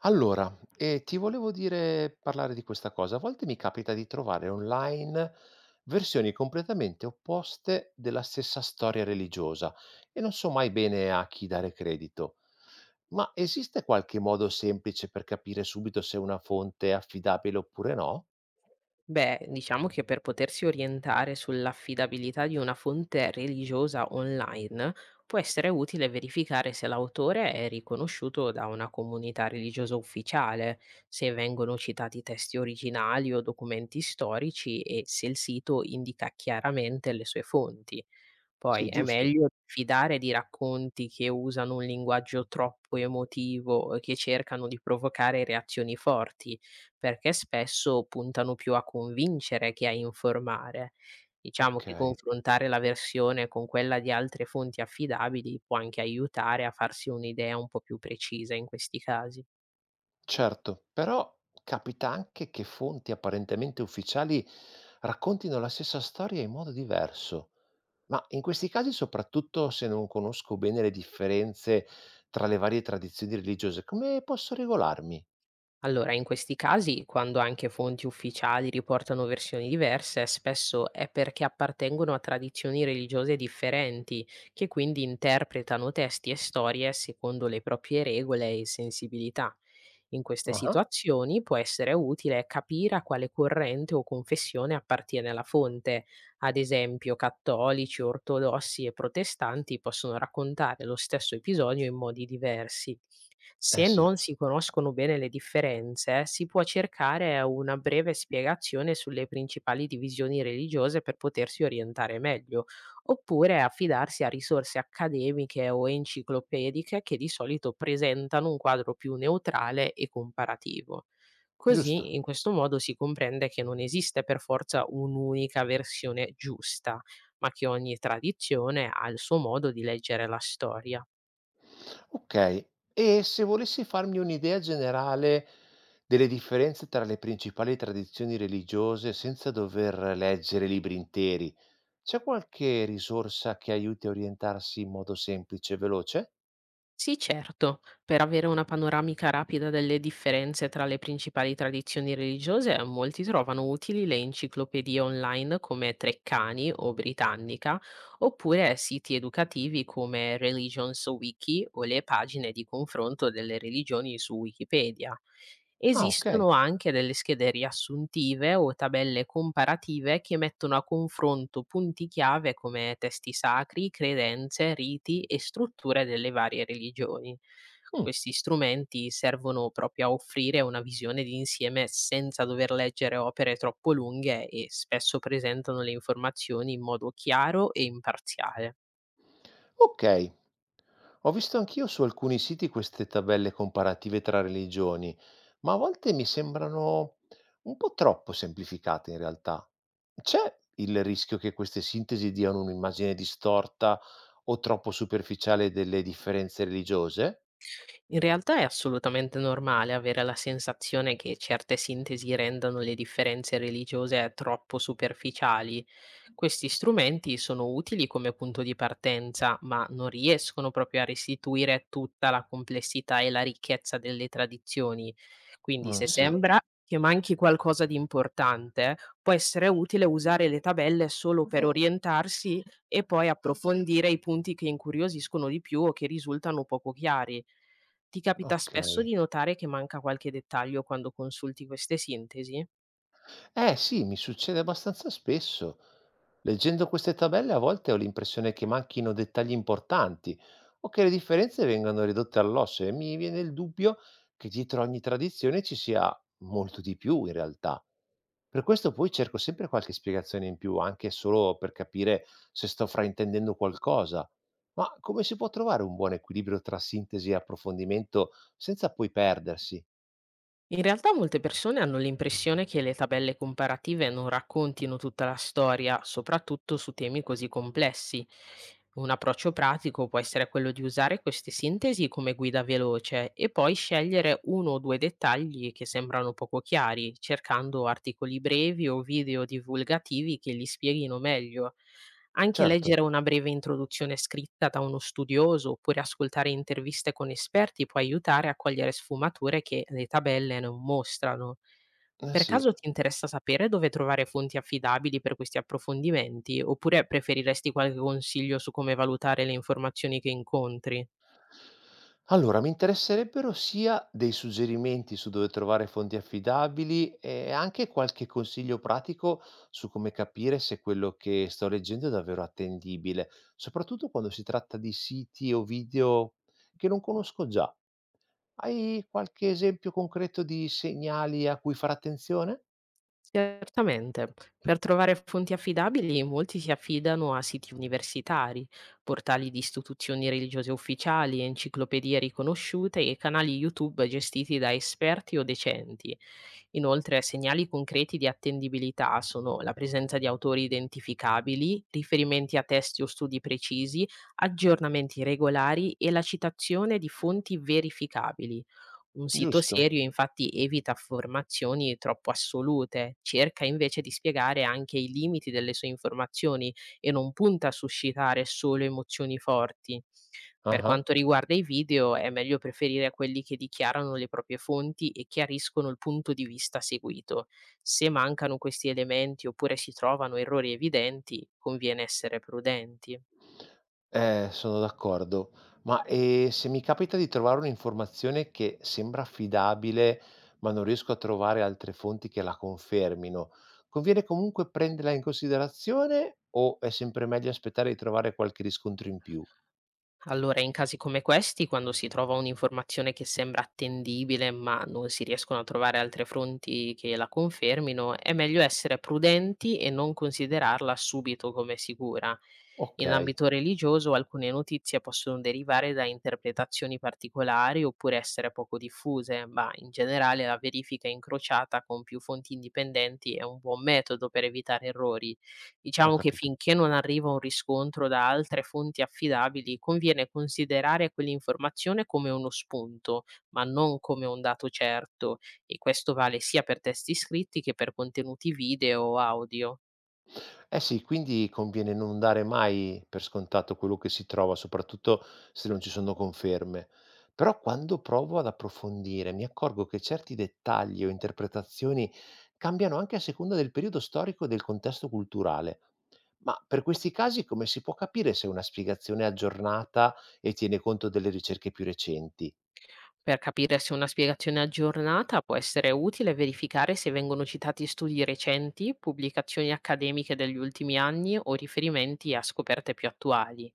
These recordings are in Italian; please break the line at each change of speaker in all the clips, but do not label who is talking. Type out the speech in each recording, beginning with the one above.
Ti volevo dire parlare di questa cosa. A volte mi capita di trovare online versioni completamente opposte della stessa storia religiosa e non so mai bene a chi dare credito. Ma esiste qualche modo semplice per capire subito se una fonte è affidabile oppure no?
Beh, diciamo che per potersi orientare sull'affidabilità di una fonte religiosa online può essere utile verificare se l'autore è riconosciuto da una comunità religiosa ufficiale, se vengono citati testi originali o documenti storici e se il sito indica chiaramente le sue fonti. Poi
Sì,
è
giusto.
meglio fidare di racconti che usano un linguaggio troppo emotivo e che cercano di provocare reazioni forti, perché spesso puntano più a convincere che a informare. Diciamo che
Okay,
confrontare la versione con quella di altre fonti affidabili può anche aiutare a farsi un'idea un po' più precisa in questi casi.
certo, però capita anche che fonti apparentemente ufficiali raccontino la stessa storia in modo diverso. Ma in questi casi, soprattutto se non conosco bene le differenze tra le varie tradizioni religiose, come posso regolarmi?
Allora, in questi casi, quando anche fonti ufficiali riportano versioni diverse, spesso è perché appartengono a tradizioni religiose differenti, che quindi interpretano testi e storie secondo le proprie regole e sensibilità. In queste
Ah.
situazioni può essere utile capire a quale corrente o confessione appartiene la fonte, ad esempio, cattolici, ortodossi e protestanti possono raccontare lo stesso episodio in modi diversi.
Eh
Se
sì,
non si conoscono bene le differenze, si può cercare una breve spiegazione sulle principali divisioni religiose per potersi orientare meglio, oppure affidarsi a risorse accademiche o enciclopediche che di solito presentano un quadro più neutrale e comparativo.
giusto.
Così, in questo modo, si comprende che non esiste per forza un'unica versione giusta, ma che ogni tradizione ha il suo modo di leggere la storia.
Ok, e se volessi farmi un'idea generale delle differenze tra le principali tradizioni religiose senza dover leggere libri interi, c'è qualche risorsa che aiuti a orientarsi in modo semplice e veloce?
Sì, certo, per avere una panoramica rapida delle differenze tra le principali tradizioni religiose, molti trovano utili le enciclopedie online come Treccani o Britannica, oppure siti educativi come Religions Wiki o le pagine di confronto delle religioni su Wikipedia.
Ah, ok.
Esistono anche delle schede riassuntive o tabelle comparative che mettono a confronto punti chiave come testi sacri, credenze, riti e strutture delle varie religioni.
Mm.
Questi strumenti servono proprio a offrire una visione d'insieme senza dover leggere opere troppo lunghe, e spesso presentano le informazioni in modo chiaro e imparziale.
Ok, ho visto anch'io su alcuni siti queste tabelle comparative tra religioni, ma a volte mi sembrano un po' troppo semplificate in realtà. C'è il rischio che queste sintesi diano un'immagine distorta o troppo superficiale delle differenze religiose?
In realtà è assolutamente normale avere la sensazione che certe sintesi rendano le differenze religiose troppo superficiali. Questi strumenti sono utili come punto di partenza, ma non riescono proprio a restituire tutta la complessità e la ricchezza delle tradizioni. Quindi, se
Ah, sì,
Sembra che manchi qualcosa di importante, può essere utile usare le tabelle solo per orientarsi e poi approfondire i punti che incuriosiscono di più o che risultano poco chiari. Ti capita
ok.
spesso di notare che manca qualche dettaglio quando consulti queste sintesi?
Eh sì, mi succede abbastanza spesso. Leggendo queste tabelle a volte ho l'impressione che manchino dettagli importanti o che le differenze vengano ridotte all'osso e mi viene il dubbio che dietro ogni tradizione ci sia molto di più in realtà. Per questo poi cerco sempre qualche spiegazione in più, anche solo per capire se sto fraintendendo qualcosa. Ma come si può trovare un buon equilibrio tra sintesi e approfondimento senza poi perdersi?
In realtà molte persone hanno l'impressione che le tabelle comparative non raccontino tutta la storia, soprattutto su temi così complessi. Un approccio pratico può essere quello di usare queste sintesi come guida veloce e poi scegliere uno o due dettagli che sembrano poco chiari, cercando articoli brevi o video divulgativi che li spieghino meglio. Anche
Certo,
leggere una breve introduzione scritta da uno studioso, oppure ascoltare interviste con esperti, può aiutare a cogliere sfumature che le tabelle non mostrano.
eh
Per
sì.
caso ti interessa sapere dove trovare fonti affidabili per questi approfondimenti, oppure preferiresti qualche consiglio su come valutare le informazioni che incontri?
Allora, mi interesserebbero sia dei suggerimenti su dove trovare fonti affidabili e anche qualche consiglio pratico su come capire se quello che sto leggendo è davvero attendibile, soprattutto quando si tratta di siti o video che non conosco già. Hai qualche esempio concreto di segnali a cui fare attenzione?
Certamente, per trovare fonti affidabili molti si affidano a siti universitari, portali di istituzioni religiose ufficiali, enciclopedie riconosciute e canali YouTube gestiti da esperti o decenti. Inoltre, segnali concreti di attendibilità sono la presenza di autori identificabili, riferimenti a testi o studi precisi, aggiornamenti regolari e la citazione di fonti verificabili. Un sito serio,
Giusto?
infatti, evita affermazioni troppo assolute, cerca invece di spiegare anche i limiti delle sue informazioni e non punta a suscitare solo emozioni forti. Per
Ah.
quanto riguarda i video, è meglio preferire quelli che dichiarano le proprie fonti e chiariscono il punto di vista seguito. Se mancano questi elementi, oppure si trovano errori evidenti, conviene essere prudenti.
Sono d'accordo. Ma, se mi capita di trovare un'informazione che sembra affidabile, ma non riesco a trovare altre fonti che la confermino, conviene comunque prenderla in considerazione o è sempre meglio aspettare di trovare qualche riscontro in più?
Allora, in casi come questi, quando si trova un'informazione che sembra attendibile, ma non si riescono a trovare altre fonti che la confermino, è meglio essere prudenti e non considerarla subito come sicura. In
Okay,
ambito religioso, alcune notizie possono derivare da interpretazioni particolari, oppure essere poco diffuse, ma in generale la verifica incrociata con più fonti indipendenti è un buon metodo per evitare errori.
ho
Diciamo che
capito.
finché non arriva un riscontro da altre fonti affidabili, conviene considerare quell'informazione come uno spunto, ma non come un dato certo, e questo vale sia per testi scritti che per contenuti video o audio.
Eh sì, quindi conviene non dare mai per scontato quello che si trova, soprattutto se non ci sono conferme. Però quando provo ad approfondire, mi accorgo che certi dettagli o interpretazioni cambiano anche a seconda del periodo storico e del contesto culturale. Ma per questi casi come si può capire se una spiegazione è aggiornata e tiene conto delle ricerche più recenti?
Per capire se una spiegazione è aggiornata può essere utile verificare se vengono citati studi recenti, pubblicazioni accademiche degli ultimi anni o riferimenti a scoperte più attuali.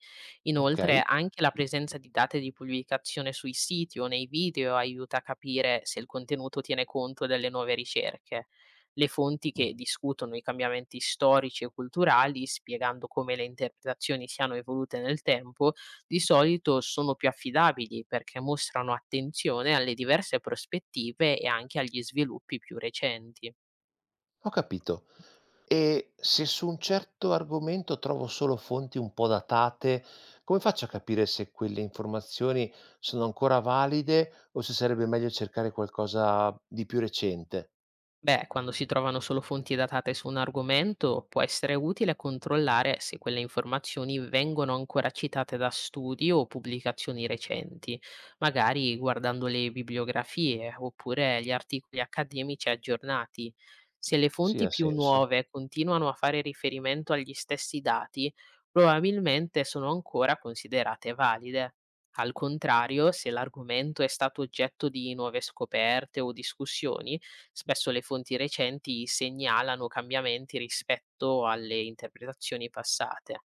Ok?
Inoltre, anche la presenza di date di pubblicazione sui siti o nei video aiuta a capire se il contenuto tiene conto delle nuove ricerche. Le fonti che discutono i cambiamenti storici e culturali, spiegando come le interpretazioni siano evolute nel tempo, di solito sono più affidabili, perché mostrano attenzione alle diverse prospettive e anche agli sviluppi più recenti.
Ho capito. E se su un certo argomento trovo solo fonti un po' datate, come faccio a capire se quelle informazioni sono ancora valide o se sarebbe meglio cercare qualcosa di più recente?
Beh, quando si trovano solo fonti datate su un argomento, può essere utile controllare se quelle informazioni vengono ancora citate da studi o pubblicazioni recenti, magari guardando le bibliografie oppure gli articoli accademici aggiornati. Se le
Sì,
fonti
ha
più
senso.
nuove continuano a fare riferimento agli stessi dati, probabilmente sono ancora considerate valide. Al contrario, se l'argomento è stato oggetto di nuove scoperte o discussioni, spesso le fonti recenti segnalano cambiamenti rispetto alle interpretazioni passate.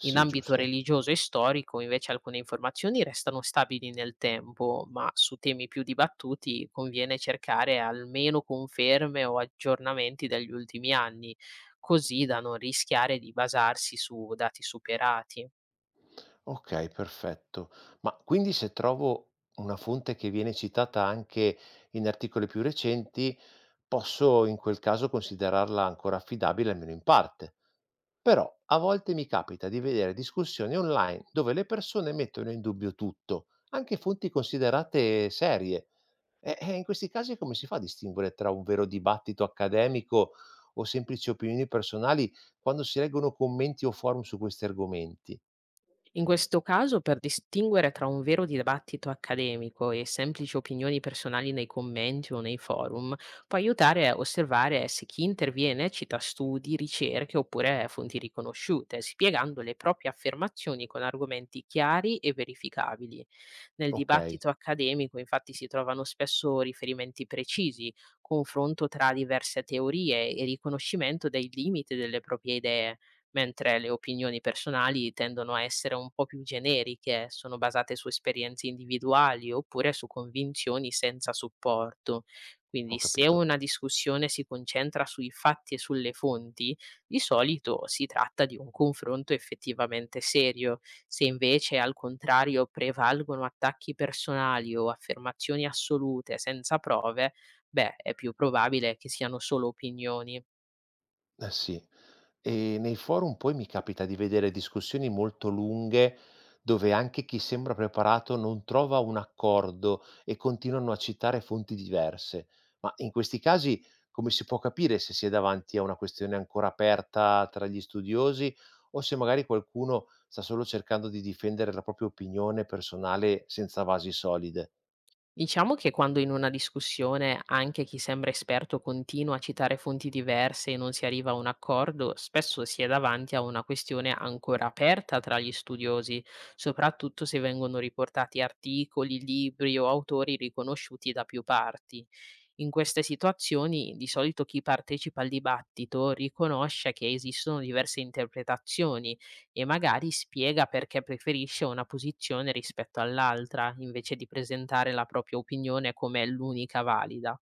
In ambito
giusto.
religioso e storico, invece, alcune informazioni restano stabili nel tempo, ma su temi più dibattuti conviene cercare almeno conferme o aggiornamenti degli ultimi anni, così da non rischiare di basarsi su dati superati.
Ok, perfetto. Ma quindi se trovo una fonte che viene citata anche in articoli più recenti, posso in quel caso considerarla ancora affidabile almeno in parte? Però a volte mi capita di vedere discussioni online dove le persone mettono in dubbio tutto, anche fonti considerate serie. E in questi casi come si fa a distinguere tra un vero dibattito accademico o semplici opinioni personali quando si leggono commenti o forum su questi argomenti?
In questo caso, per distinguere tra un vero dibattito accademico e semplici opinioni personali nei commenti o nei forum, può aiutare a osservare se chi interviene cita studi, ricerche oppure fonti riconosciute, spiegando le proprie affermazioni con argomenti chiari e verificabili. Nel
Ok,
dibattito accademico, infatti, si trovano spesso riferimenti precisi, confronto tra diverse teorie e riconoscimento dei limiti delle proprie idee, mentre le opinioni personali tendono a essere un po' più generiche, sono basate su esperienze individuali oppure su convinzioni senza supporto.
ho
Quindi, se
capito.
una discussione si concentra sui fatti e sulle fonti, di solito si tratta di un confronto effettivamente serio. Se invece, al contrario, prevalgono attacchi personali o affermazioni assolute senza prove, beh, è più probabile che siano solo opinioni.
Eh sì. E nei forum poi mi capita di vedere discussioni molto lunghe dove anche chi sembra preparato non trova un accordo e continuano a citare fonti diverse. Ma in questi casi come si può capire se si è davanti a una questione ancora aperta tra gli studiosi o se magari qualcuno sta solo cercando di difendere la propria opinione personale senza basi solide?
Diciamo che quando in una discussione anche chi sembra esperto continua a citare fonti diverse e non si arriva a un accordo, spesso si è davanti a una questione ancora aperta tra gli studiosi, soprattutto se vengono riportati articoli, libri o autori riconosciuti da più parti. In queste situazioni, di solito, chi partecipa al dibattito riconosce che esistono diverse interpretazioni e magari spiega perché preferisce una posizione rispetto all'altra, invece di presentare la propria opinione come l'unica valida.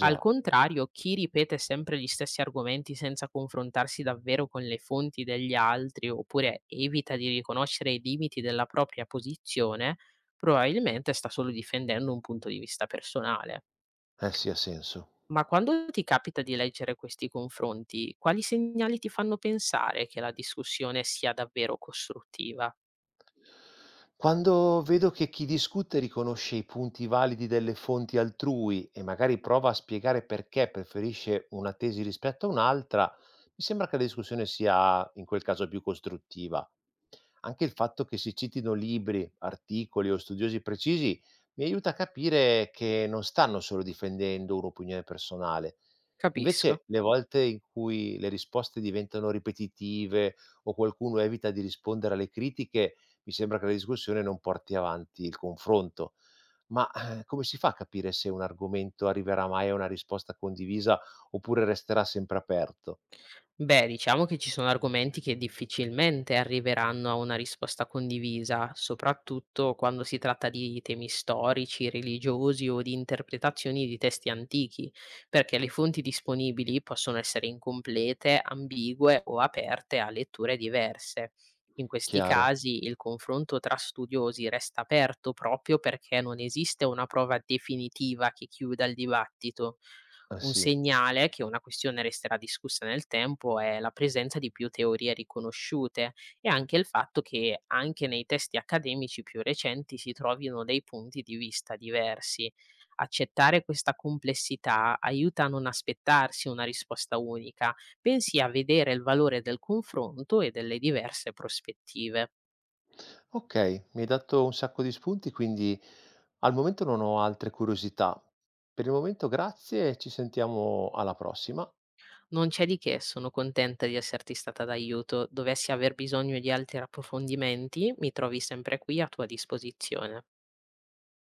Al contrario, chi ripete sempre gli stessi argomenti senza confrontarsi davvero con le fonti degli altri, oppure evita di riconoscere i limiti della propria posizione, probabilmente sta solo difendendo un punto di vista personale.
eh sì, ha senso.
Ma quando ti capita di leggere questi confronti, quali segnali ti fanno pensare che la discussione sia davvero costruttiva?
Quando vedo che chi discute riconosce i punti validi delle fonti altrui e magari prova a spiegare perché preferisce una tesi rispetto a un'altra, mi sembra che la discussione sia in quel caso più costruttiva. Anche il fatto che si citino libri, articoli o studiosi precisi mi aiuta a capire che non stanno solo difendendo un'opinione personale. Invece,
Capisco.
le volte in cui le risposte diventano ripetitive o qualcuno evita di rispondere alle critiche, mi sembra che la discussione non porti avanti il confronto. Ma, come si fa a capire se un argomento arriverà mai a una risposta condivisa oppure resterà sempre aperto?
Beh, diciamo che ci sono argomenti che difficilmente arriveranno a una risposta condivisa, soprattutto quando si tratta di temi storici, religiosi o di interpretazioni di testi antichi, perché le fonti disponibili possono essere incomplete, ambigue o aperte a letture diverse. In questi
Chiaro,
casi il confronto tra studiosi resta aperto, proprio perché non esiste una prova definitiva che chiuda il dibattito.
eh
Un
sì.
segnale che una questione resterà discussa nel tempo è la presenza di più teorie riconosciute, e anche il fatto che anche nei testi accademici più recenti si trovino dei punti di vista diversi. Accettare questa complessità aiuta a non aspettarsi una risposta unica, bensì a vedere il valore del confronto e delle diverse prospettive.
Okay, mi hai dato un sacco di spunti, quindi al momento non ho altre curiosità. Per il momento grazie e ci sentiamo alla prossima.
Non c'è di che, sono contenta di esserti stata d'aiuto. Dovessi aver bisogno di altri approfondimenti, mi trovi sempre qui a tua disposizione.